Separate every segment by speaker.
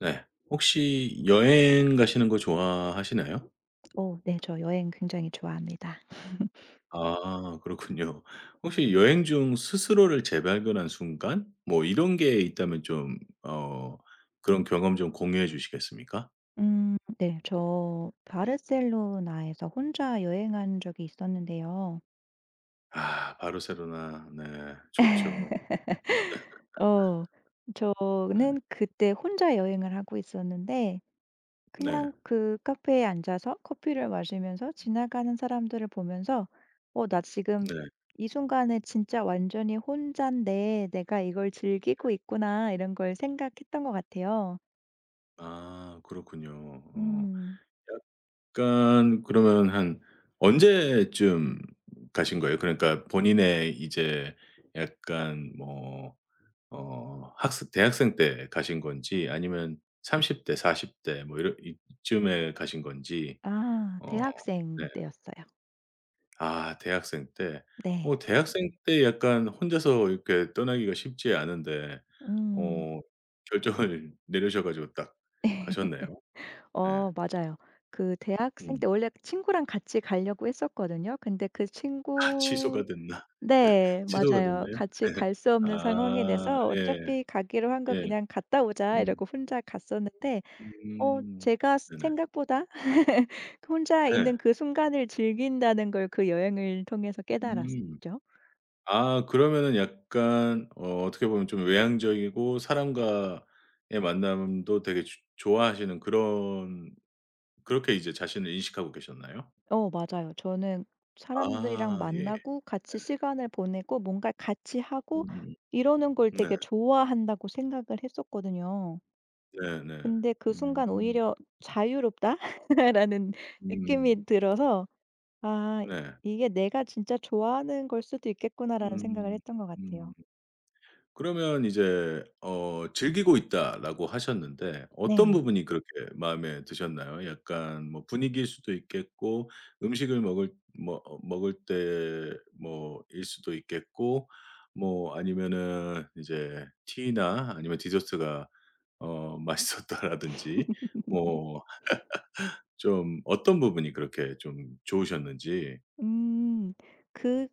Speaker 1: 네. 혹시 여행 가시는 거 좋아하시나요?
Speaker 2: 네. 저 여행 굉장히 좋아합니다.
Speaker 1: 아 그렇군요. 혹시 여행 중 스스로를 재발견한 순간 뭐 이런 게 있다면 좀 어 그런 경험 좀 공유해 주시겠습니까?
Speaker 2: 네. 저 바르셀로나에서 혼자 여행한 적이 있었는데요.
Speaker 1: 아 바르셀로나. 네. 좋죠.
Speaker 2: 어
Speaker 1: 네.
Speaker 2: 저는 그때 혼자 여행을 하고 있었는데
Speaker 1: 네.
Speaker 2: 그냥 그 카페에 앉아서 커피를 마시면서 지나가는 사람들을 보면서 나 지금
Speaker 1: 네.
Speaker 2: 이 순간에 진짜 완전히 혼잔데 내가 이걸 즐기고 있구나.' 이런 걸 생각했던 것 같아요.
Speaker 1: 아 그렇군요. 어
Speaker 2: 음.
Speaker 1: 약간 그러면 한 언제쯤 가신 거예요? 그러니까 본인의 이제 약간 뭐 어 학습 대학생 때 가신 건지 아니면 30대 40대 뭐이 이쯤에 가신 건지?
Speaker 2: 아
Speaker 1: 어
Speaker 2: 대학생
Speaker 1: 네.
Speaker 2: 때였어요.
Speaker 1: 아 대학생 때.
Speaker 2: 네.
Speaker 1: 어 대학생 때 약간 혼자서 이렇게 떠나기가 쉽지 않은데
Speaker 2: 음.
Speaker 1: 어 결정을 내리셔 가지고 딱 가셨네요. 예.
Speaker 2: 어 맞아요. 그 대학생
Speaker 1: 음.
Speaker 2: 때 원래 친구랑 같이 가려고 했었거든요. 근데 그
Speaker 1: 아
Speaker 2: 친구
Speaker 1: 취소가 됐나?
Speaker 2: 네
Speaker 1: 취소가
Speaker 2: 맞아요.
Speaker 1: 됐나요?
Speaker 2: 같이 갈 수 없는 상황이
Speaker 1: 아
Speaker 2: 돼서
Speaker 1: 예.
Speaker 2: 어차피 가기로 한 거
Speaker 1: 예.
Speaker 2: 그냥 갔다 오자
Speaker 1: 음.
Speaker 2: 이러고 혼자 갔었는데 어
Speaker 1: 음.
Speaker 2: 제가 스
Speaker 1: 네네.
Speaker 2: 생각보다 혼자 있는
Speaker 1: 예.
Speaker 2: 그 순간을 즐긴다는 걸 그 여행을 통해서
Speaker 1: 음.
Speaker 2: 깨달았죠.
Speaker 1: 아 그러면은 약간 어 어떻게 보면 좀 외향적이고 사람과의 만남도 되게 주 좋아하시는 그런, 그렇게 이제 자신을 인식하고 계셨나요?
Speaker 2: 어 맞아요. 저는 사람들이랑
Speaker 1: 아 예.
Speaker 2: 만나고 같이 시간을 보내고 뭔가 같이 하고
Speaker 1: 음음.
Speaker 2: 이러는 걸
Speaker 1: 네.
Speaker 2: 되게 좋아한다고 생각을 했었거든요.
Speaker 1: 네네.
Speaker 2: 근데 그
Speaker 1: 음.
Speaker 2: 순간 오히려 '자유롭다.'라는
Speaker 1: 음.
Speaker 2: 느낌이 들어서 '아
Speaker 1: 네.
Speaker 2: 이게 내가 진짜 좋아하는 걸 수도 있겠구나.'라는 생각을
Speaker 1: 음.
Speaker 2: 했던 것 같아요.
Speaker 1: 음. 그러면 이제 어 "즐기고 있다."라고 하셨는데 어떤
Speaker 2: 네.
Speaker 1: 부분이 그렇게 마음에 드셨나요? 약간 뭐 분위기일 수도 있겠고, 음식을 먹을 뭐 어 먹을 때 뭐일 수도 있겠고, 뭐 아니면은 이제 티나 아니면 디저트가 어 맛있었다라든지, 뭐 좀 어떤 부분이 그렇게 좀 좋으셨는지.
Speaker 2: 음. 그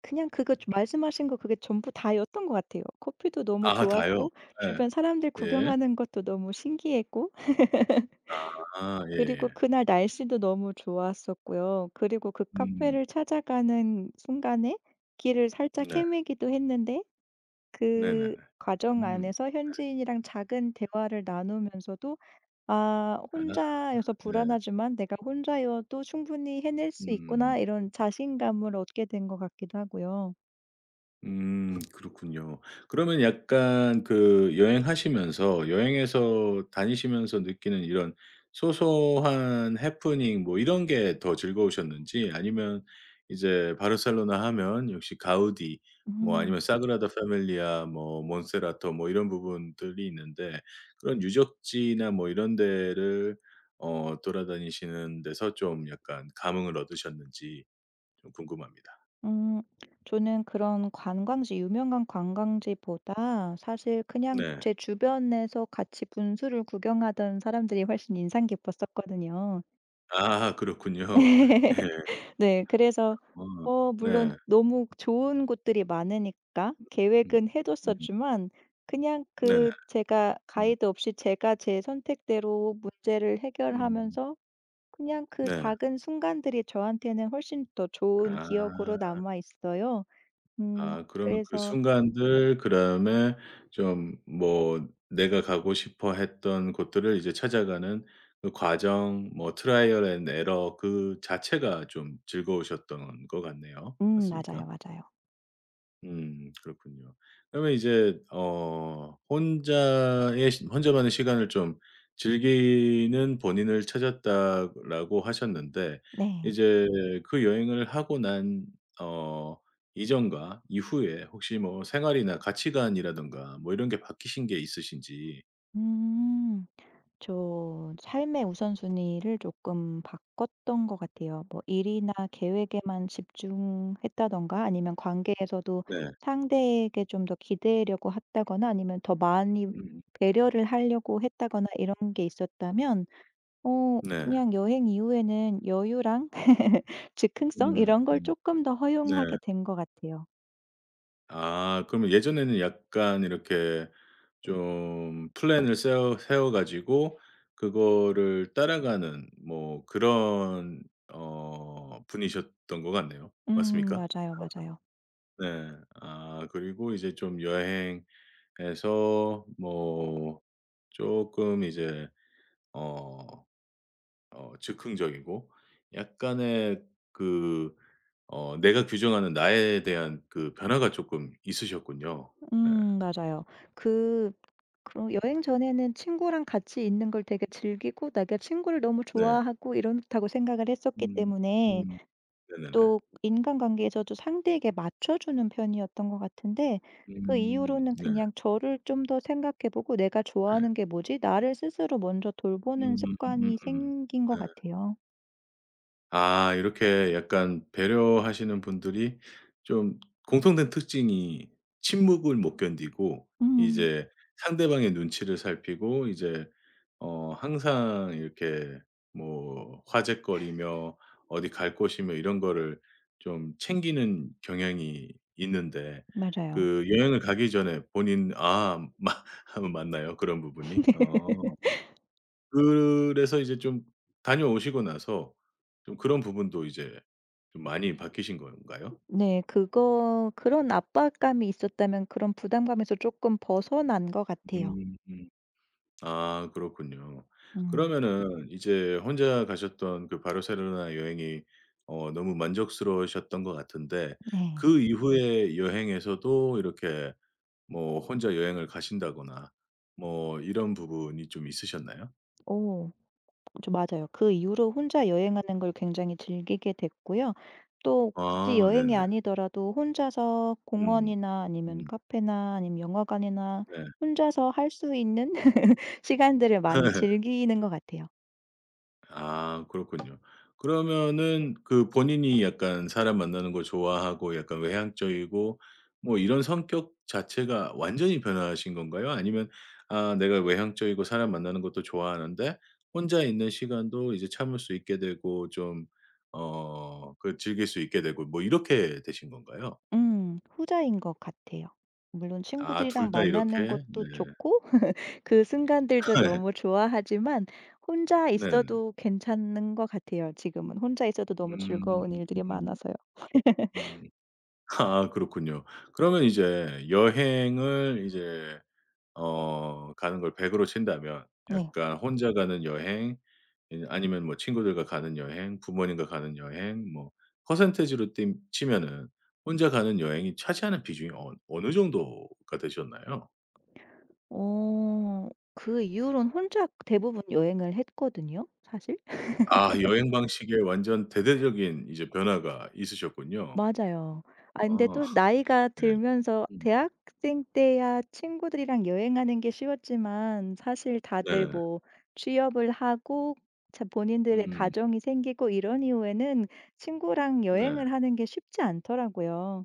Speaker 2: 그냥 그거 좀 말씀하신 거 그게 전부 다였던 것 같아요. 커피도 너무
Speaker 1: 아 다요?
Speaker 2: 좋았고
Speaker 1: 예.
Speaker 2: 주변 사람들
Speaker 1: 예.
Speaker 2: 구경하는 것도 너무 신기했고
Speaker 1: 아
Speaker 2: 그리고
Speaker 1: 예예.
Speaker 2: 그날 날씨도 너무 좋았었고요. 그리고 그
Speaker 1: 음.
Speaker 2: 카페를 찾아가는 순간에 길을 살짝
Speaker 1: 네.
Speaker 2: 헤매기도 했는데 그
Speaker 1: 네네네.
Speaker 2: 과정
Speaker 1: 음.
Speaker 2: 안에서 현지인이랑 작은 대화를 나누면서도 '아
Speaker 1: 아
Speaker 2: 혼자여서
Speaker 1: 네.
Speaker 2: 불안하지만 내가 혼자여도 충분히 해낼 수
Speaker 1: 음.
Speaker 2: 있구나.' 이런 자신감을 얻게 된 것 같기도 하고요.
Speaker 1: 그렇군요. 그러면 약간 그 여행하시면서 여행에서 다니시면서 느끼는 이런 소소한 해프닝 뭐 이런 게 더 즐거우셨는지, 아니면 이제 바르셀로나 하면 역시 가우디 뭐
Speaker 2: 음.
Speaker 1: 아니면 사그라다 패밀리아 뭐 몬세라토 뭐 이런 부분들이 있는데 그런 유적지나 뭐 이런 데를 어 돌아다니시는 데서 좀 약간 감흥을 얻으셨는지 좀 궁금합니다.
Speaker 2: 음 저는 그런 관광지 유명한 관광지보다 사실 그냥
Speaker 1: 네.
Speaker 2: 제 주변에서 같이 분수를 구경하던 사람들이 훨씬 인상 깊었었거든요.
Speaker 1: 아 그렇군요. 예.
Speaker 2: 네. 그래서
Speaker 1: 어
Speaker 2: 물론
Speaker 1: 네.
Speaker 2: 너무 좋은 곳들이 많으니까
Speaker 1: 음.
Speaker 2: 계획은 해
Speaker 1: 음.
Speaker 2: 뒀었지만 그냥
Speaker 1: 네네.
Speaker 2: 그 제가
Speaker 1: 음.
Speaker 2: 가이드 없이 제가 제 선택대로 문제를
Speaker 1: 음.
Speaker 2: 해결하면서 그냥 그
Speaker 1: 네.
Speaker 2: 작은 순간들이 저한테는 훨씬 더 좋은 기억으로
Speaker 1: 아.
Speaker 2: 남아 있어요. 음
Speaker 1: 아 그러면 그
Speaker 2: 그래서
Speaker 1: 순간들, 그다음에 좀 뭐 내가 가고 싶어 했던 곳들을 이제 찾아가는 그 과정 뭐 트라이얼 앤 에러 그 자체가 좀 즐거우셨던 것 같네요.
Speaker 2: 맞아요,
Speaker 1: 맞습니까?
Speaker 2: 맞아요.
Speaker 1: 그렇군요. 그러면 이제 어 혼자의 시 혼자만의 시간을 좀 즐기는 본인을 찾았다라고 하셨는데,
Speaker 2: 네.
Speaker 1: 이제 그 여행을 하고 난 어 이전과 이후에 혹시 뭐 생활이나 가치관이라든가 뭐 이런 게 바뀌신 게 있으신지.
Speaker 2: 음. 저 삶의 우선순위를 조금 바꿨던 것 같아요. 뭐 일이나 계획에만 집중했다던가 아니면 관계에서도
Speaker 1: 네.
Speaker 2: 상대에게 좀 더 기대려고 했다거나 아니면 더 많이
Speaker 1: 음.
Speaker 2: 배려를 하려고 했다거나 이런 게 있었다면
Speaker 1: 네.
Speaker 2: 그냥 여행 이후에는 여유랑 즉흥성
Speaker 1: 음.
Speaker 2: 이런 걸
Speaker 1: 음.
Speaker 2: 조금 더
Speaker 1: 네.
Speaker 2: 허용하게 된 것 같아요.
Speaker 1: 아 그러면 예전에는 약간 이렇게 좀 플랜을 세워 가지고 그거를 따라가는 뭐 그런 어 분이셨던 것 같네요. 맞습니까?
Speaker 2: 맞아요, 맞아요.
Speaker 1: 네. 아 그리고 이제 좀 여행에서 뭐 조금 이제 어 어 즉흥적이고 약간의 그 어 내가 규정하는 나에 대한 그 변화가 조금 있으셨군요. 네.
Speaker 2: 맞아요. 그 그럼 여행 전에는 친구랑 같이 있는 걸 되게 즐기고 내가 친구를 너무
Speaker 1: 네.
Speaker 2: 좋아하고 이렇다고 생각을 했었기
Speaker 1: 음.
Speaker 2: 때문에
Speaker 1: 음. 네네네.
Speaker 2: 또 인간관계에서도 상대에게 맞춰주는 편이었던 것 같은데 그
Speaker 1: 음.
Speaker 2: 이후로는
Speaker 1: 네.
Speaker 2: 그냥 저를 좀 더 생각해 보고 '내가
Speaker 1: 네
Speaker 2: 좋아하는 게 뭐지?' 나를 스스로 먼저 돌보는 습관이
Speaker 1: 음음음음음.
Speaker 2: 생긴 것
Speaker 1: 네.
Speaker 2: 같아요.
Speaker 1: 아 이렇게 약간 배려하시는 분들이 좀 공통된 특징이 침묵을 못 견디고
Speaker 2: 음
Speaker 1: 이제 상대방의 눈치를 살피고 이제 어 항상 이렇게 뭐 화제거리며 어디 갈 곳이며 이런 거를 좀 챙기는 경향이 있는데,
Speaker 2: 맞아요.
Speaker 1: 그 여행을 가기 전에 본인 아 마 맞나요? 그런 부분이? 어. 그래서 이제 좀 다녀오시고 나서 좀 그런 부분도 이제 좀 많이 바뀌신 건가요?
Speaker 2: 네. 그거 그런 압박감이 있었다면 그런 부담감에서 조금 벗어난 것 같아요.
Speaker 1: 음. 아 그렇군요.
Speaker 2: 음.
Speaker 1: 그러면은 이제 혼자 가셨던 그 바르셀로나 여행이 어 너무 만족스러우셨던 것 같은데,
Speaker 2: 네.
Speaker 1: 그 이후의 여행에서도 이렇게 뭐 혼자 여행을 가신다거나 뭐 이런 부분이 좀 있으셨나요?
Speaker 2: 오, 저 맞아요. 그 이후로 혼자 여행하는 걸 굉장히 즐기게 됐고요. 또 굳이
Speaker 1: 아
Speaker 2: 여행이
Speaker 1: 네네.
Speaker 2: 아니더라도 혼자서
Speaker 1: 음.
Speaker 2: 공원이나 아니면
Speaker 1: 음.
Speaker 2: 카페나 아니면 영화관이나
Speaker 1: 네.
Speaker 2: 혼자서 할 수 있는 시간들을 많이 즐기는 것 같아요.
Speaker 1: 아 그렇군요. 그러면은 그 본인이 약간 사람 만나는 거 좋아하고 약간 외향적이고 뭐 이런 성격 자체가 완전히 변하신 건가요? 아니면 아 내가 외향적이고 사람 만나는 것도 좋아하는데 혼자 있는 시간도 이제 참을 수 있게 되고 좀 어 그 즐길 수 있게 되고 뭐 이렇게 되신 건가요?
Speaker 2: 음. 후자인 것 같아요. 물론
Speaker 1: 아
Speaker 2: 친구들이랑
Speaker 1: 둘 다 이렇게?
Speaker 2: 만나는 것도
Speaker 1: 네.
Speaker 2: 좋고 그 순간들도 너무 좋아하지만 혼자
Speaker 1: 네네
Speaker 2: 있어도 괜찮은 것 같아요 지금은. 혼자 있어도 너무 즐거운 일들이
Speaker 1: 음.
Speaker 2: 많아서요.
Speaker 1: 음. 아 그렇군요. 그러면 이제 여행을 이제 어 가는 걸 100 으로 친다면
Speaker 2: 네.
Speaker 1: 약간 혼자 가는 여행 이 아니면 뭐 친구들과 가는 여행, 부모님과 가는 여행 뭐 퍼센티지로 띠 치면은 혼자 가는 여행이 차지하는 비중이 어 어느 정도가 되셨나요?
Speaker 2: 그 이후로는 혼자 대부분 여행을 했거든요 사실.
Speaker 1: 아 여행 방식에 완전 대대적인 이제 변화가 있으셨군요.
Speaker 2: 맞아요. 아 근데
Speaker 1: 어
Speaker 2: 또 나이가
Speaker 1: 네.
Speaker 2: 들면서
Speaker 1: 음
Speaker 2: 대학생 때야 친구들이랑 여행하는 게 쉬웠지만 사실 다들
Speaker 1: 네.
Speaker 2: 뭐 취업을 하고 자 본인들의
Speaker 1: 음
Speaker 2: 가정이 생기고 이런 이후에는 친구랑
Speaker 1: 네.
Speaker 2: 여행을 하는 게 쉽지 않더라고요.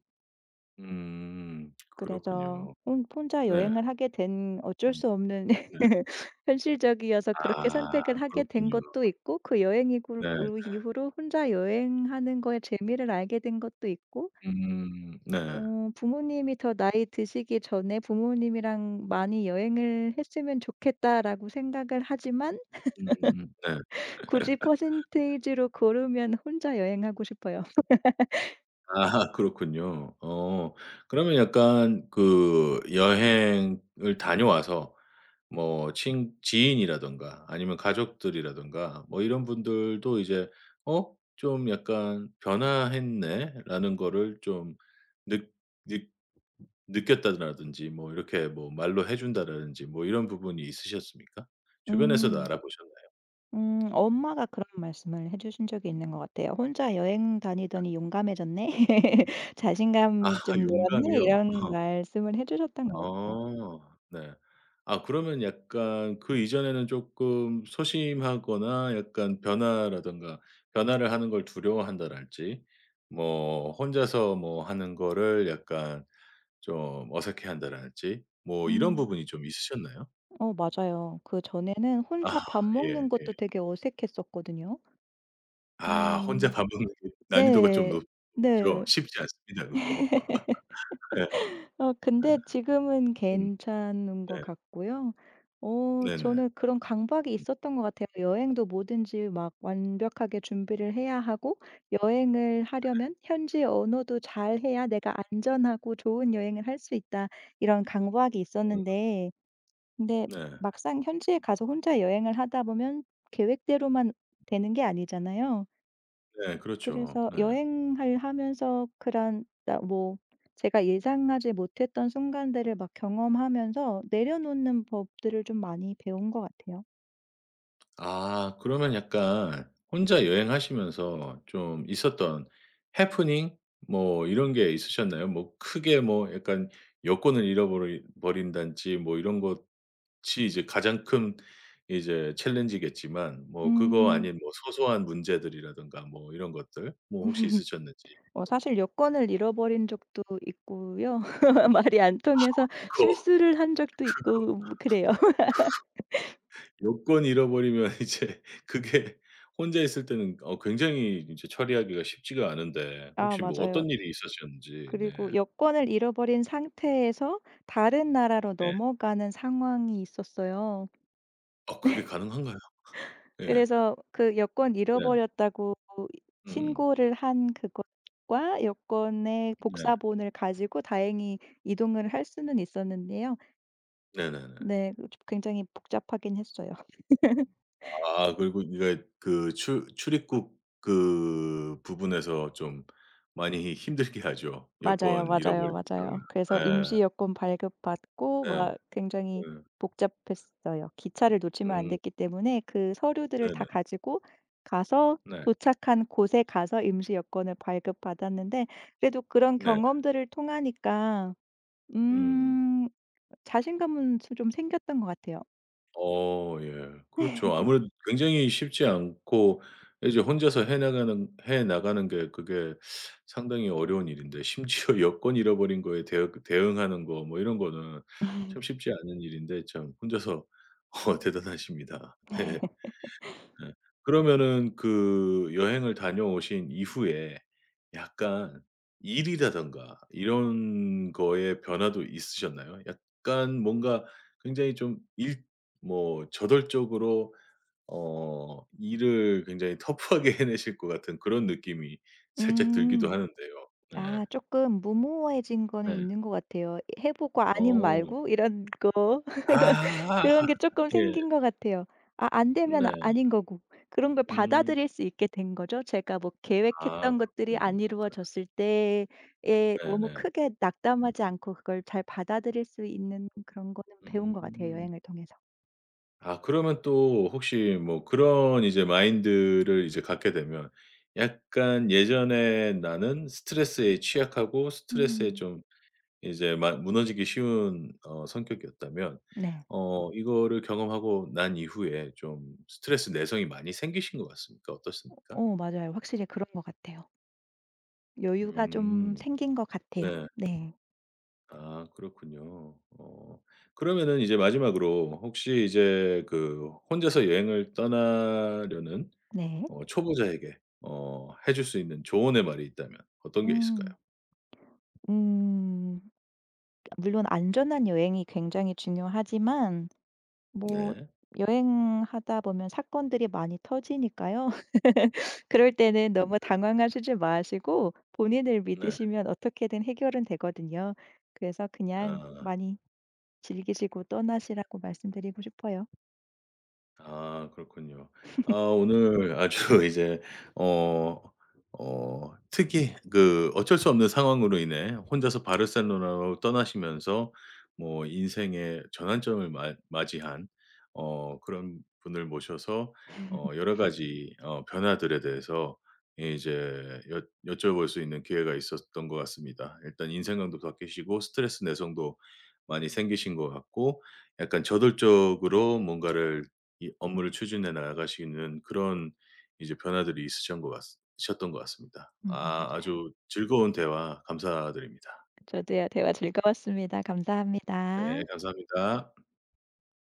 Speaker 1: 그렇군요.
Speaker 2: 그래서 혼 혼자
Speaker 1: 네.
Speaker 2: 여행을 하게 된 어쩔
Speaker 1: 음.
Speaker 2: 수 없는
Speaker 1: 네.
Speaker 2: 현실적이어서 그렇게
Speaker 1: 아
Speaker 2: 선택을 하게 된
Speaker 1: 그렇군요.
Speaker 2: 것도 있고 그 여행 이후
Speaker 1: 네.
Speaker 2: 이후로 혼자 여행하는 거에 재미를 알게 된 것도 있고
Speaker 1: 네.
Speaker 2: 어 부모님이 더 나이 드시기 전에 '부모님이랑 많이 여행을 했으면 좋겠다.'라고 생각을 하지만
Speaker 1: 네.
Speaker 2: 굳이 퍼센테이지로 고르면 혼자 여행하고 싶어요.
Speaker 1: 아 그렇군요. 어 그러면 약간 그 여행을 다녀와서 뭐 친 지인이라든가 아니면 가족들이라든가 뭐 이런 분들도 이제 '어 좀 약간 변화했네.'라는 거를 좀 느 느 느꼈다라든지 뭐 이렇게 뭐 말로 해 준다라든지 뭐 이런 부분이 있으셨습니까? 주변에서도
Speaker 2: 음
Speaker 1: 알아보셨나요?
Speaker 2: 엄마가 그런 말씀을 해 주신 적이 있는 것 같아요. "혼자 여행 다니더니 용감해졌네.
Speaker 1: 아
Speaker 2: 자신감이 좀 늘었네."
Speaker 1: 용감이요?
Speaker 2: 이런
Speaker 1: 어.
Speaker 2: 말씀을 해 주셨던 것 같아요.
Speaker 1: 아. 네. 아 그러면 약간 그 이전에는 쪼끔 소심하거나 약간 변화라든가 변화를 하는 걸 두려워한다랄지 뭐 혼자서 뭐 하는 거를 약간 좀 어색해한다랄지 뭐 이런
Speaker 2: 음.
Speaker 1: 부분이 좀 있으셨나요?
Speaker 2: 어 맞아요. 그전에는 혼자
Speaker 1: 아
Speaker 2: 밥 먹는
Speaker 1: 예.
Speaker 2: 것도 되게 어색했었거든요.
Speaker 1: 아 혼자
Speaker 2: 음.
Speaker 1: 밥 먹는 게 난이도가 좀
Speaker 2: 네.
Speaker 1: 높 높죠.
Speaker 2: 네.
Speaker 1: 쉽지 않습니다 그거. 네. 네.
Speaker 2: 어 근데 지금은
Speaker 1: 음
Speaker 2: 괜찮은 것
Speaker 1: 네.
Speaker 2: 같고요. 어
Speaker 1: 네네.
Speaker 2: 저는
Speaker 1: 음음.
Speaker 2: 그런 강박이 있었던 것 같아요. 여행도 뭐든지 막 완벽하게 준비를 해야 하고 여행을 하려면 현지 언어도 잘해야 내가 안전하고 좋은 여행을 할 수 있다 이런 강박이 있었는데 근데
Speaker 1: 네.
Speaker 2: 막상 현지에 가서 혼자 여행을 하다 보면 계획대로만 되는 게 아니잖아요.
Speaker 1: 네. 그렇죠.
Speaker 2: 그래서
Speaker 1: 네.
Speaker 2: 여행을 하면서 그런 나 뭐 제가 예상하지 못했던 순간들을 막 경험하면서 내려놓는 법들을 좀 많이 배운 것 같아요.
Speaker 1: 아 그러면 약간 혼자 여행하시면서 좀 있었던 해프닝 뭐 이런 게 있으셨나요? 뭐 크게 뭐 약간 여권을 잃어버린다든지 뭐 이런 것이 이제 가장 큰 이제 챌린지겠지만 뭐 그거
Speaker 2: 음.
Speaker 1: 아닌 뭐 소소한 문제들이라든가 뭐 이런 것들 뭐 혹시 있으셨는지.
Speaker 2: 어 사실 여권을 잃어버린 적도 있고요. 말이 안 통해서
Speaker 1: 그거
Speaker 2: 실수를 한 적도 있고 뭐 그래요.
Speaker 1: 여권 잃어버리면 이제 그게 혼자 있을 때는 어 굉장히 이제 처리하기가 쉽지가 않은데
Speaker 2: 아
Speaker 1: 혹시 뭐
Speaker 2: 맞아요.
Speaker 1: 어떤 일이 있으셨는지. 네.
Speaker 2: 그리고 여권을 잃어버린 상태에서 다른 나라로
Speaker 1: 네.
Speaker 2: 넘어가는 상황이 있었어요.
Speaker 1: 아 그게 가능한가요? 예.
Speaker 2: 그래서 그 여권
Speaker 1: 네.
Speaker 2: 잃어버렸다고
Speaker 1: 음음.
Speaker 2: 신고를 한 그것과 여권의
Speaker 1: 네.
Speaker 2: 복사본을 가지고 다행히 이동을 할 수는 있었는데요.
Speaker 1: 네네네.
Speaker 2: 네. 그 좀 굉장히 복잡하긴 했어요.
Speaker 1: 아 그리고 이게 그 출 출입국 그 부분에서 좀 많이 힘들게 하죠.
Speaker 2: 맞아요,
Speaker 1: 여권
Speaker 2: 맞아요,
Speaker 1: 잃어버리고 그러면.
Speaker 2: 맞아요. 그래서 임시
Speaker 1: 예.
Speaker 2: 여권 발급받고
Speaker 1: 예.
Speaker 2: 막 굉장히
Speaker 1: 예.
Speaker 2: 복잡했어요. 기차를 놓치면 안
Speaker 1: 음.
Speaker 2: 됐기 때문에 그 서류들을 다
Speaker 1: 네네.
Speaker 2: 가지고 가서
Speaker 1: 네.
Speaker 2: 도착한 곳에 가서 임시 여권을 발급받았는데 그래도 그런
Speaker 1: 네.
Speaker 2: 경험들을 통하니까
Speaker 1: 음.
Speaker 2: 음. 자신감은 스 좀 생겼던 것 같아요.
Speaker 1: 어 예. 그렇죠. 아무래도 굉장히 쉽지 않고 이제 혼자서 해 나가는 게 그게 상당히 어려운 일인데 심지어 여권 잃어버린 거에 대응하는 거 뭐 이런 거는 참 쉽지 않은 일인데 참 혼자서 어 대단하십니다. 예. 네. 그러면은 그 여행을 다녀오신 이후에 약간 일이라든가 이런 거에 변화도 있으셨나요? 약간 뭔가 굉장히 좀 일 뭐 저돌적으로 어 일을 굉장히 터프하게 해내실 것 같은 그런 느낌이 살짝 들기도
Speaker 2: 음.
Speaker 1: 하는데요. 네.
Speaker 2: 아 쪼끔 무모해진 거는
Speaker 1: 네.
Speaker 2: 있는 것 같아요. 해 보고 아님
Speaker 1: 어.
Speaker 2: 말고 이런 거.
Speaker 1: 아.
Speaker 2: 그런 게 쪼끔
Speaker 1: 예.
Speaker 2: 생긴 것 같아요. 아 안 되면
Speaker 1: 네.
Speaker 2: 아닌 거고. 그런 걸
Speaker 1: 음.
Speaker 2: 받아들일 수 있게 된 거죠. 제가 뭐
Speaker 1: 아
Speaker 2: 계획했던 것들이
Speaker 1: 그렇군요.
Speaker 2: 안 이루어졌을 때에 너무
Speaker 1: 네네.
Speaker 2: 크게 낙담하지 않고 그걸 잘 받아들일 수 있는 그런 거는 배운 것 같아요,
Speaker 1: 음.
Speaker 2: 여행을 통해서.
Speaker 1: 아 그러면 또 혹시 뭐 그런 이제 마인드를 이제 갖게 되면 약간 예전에 나는 스트레스에 취약하고 스트레스에
Speaker 2: 음.
Speaker 1: 좀 이제 마 무너지기 쉬운 어 성격이었다면
Speaker 2: 네.
Speaker 1: 어 이거를 경험하고 난 이후에 좀 스트레스 내성이 많이 생기신 것 같습니까? 어떻습니까?
Speaker 2: 어 맞아요. 확실히 그런 것 같아요. 여유가 좀
Speaker 1: 음.
Speaker 2: 생긴 것 같아요.
Speaker 1: 네.
Speaker 2: 네.
Speaker 1: 아 그렇군요. 어 그러면은 이제 마지막으로 혹시 이제 그 혼자서 여행을 떠나려는
Speaker 2: 네.
Speaker 1: 어 초보자에게 어 해줄 수 있는 조언의 말이 있다면 어떤 게
Speaker 2: 음.
Speaker 1: 있을까요?
Speaker 2: 음. 물론 안전한 여행이 굉장히 중요하지만 뭐
Speaker 1: 네.
Speaker 2: 여행하다 보면 사건들이 많이 터지니까요. 그럴 때는 너무 당황하시지 마시고 본인을
Speaker 1: 네.
Speaker 2: 믿으시면 어떻게든 해결은 되거든요. 그래서 그냥
Speaker 1: 아.
Speaker 2: 많이 즐기시고 떠나시라고 말씀드리고 싶어요.
Speaker 1: 아 그렇군요. 아 오늘 아주 이제 어 어 특이 그 어쩔 수 없는 상황으로 인해 혼자서 바르셀로나로 떠나시면서 뭐 인생의 전환점을 맞 맞이한 어 그런 분을 모셔서 어 여러 가지 어 변화들에 대해서 이제 여 여쭤볼 수 있는 기회가 있었던 것 같습니다. 일단 인생관도 바뀌시고 스트레스 내성도 많이 생기신 것 같고 약간 저돌적으로 뭔가를 이 업무를 추진해 나가시는 그런 이제 변화들이 있으것같 셨던 것 같습니다. 아
Speaker 2: 맞아요.
Speaker 1: 아주 즐거운 대화 감사드립니다.
Speaker 2: 저도요. 대화 즐거웠습니다.
Speaker 1: 네
Speaker 2: 감사합니다.
Speaker 1: 감사합니다.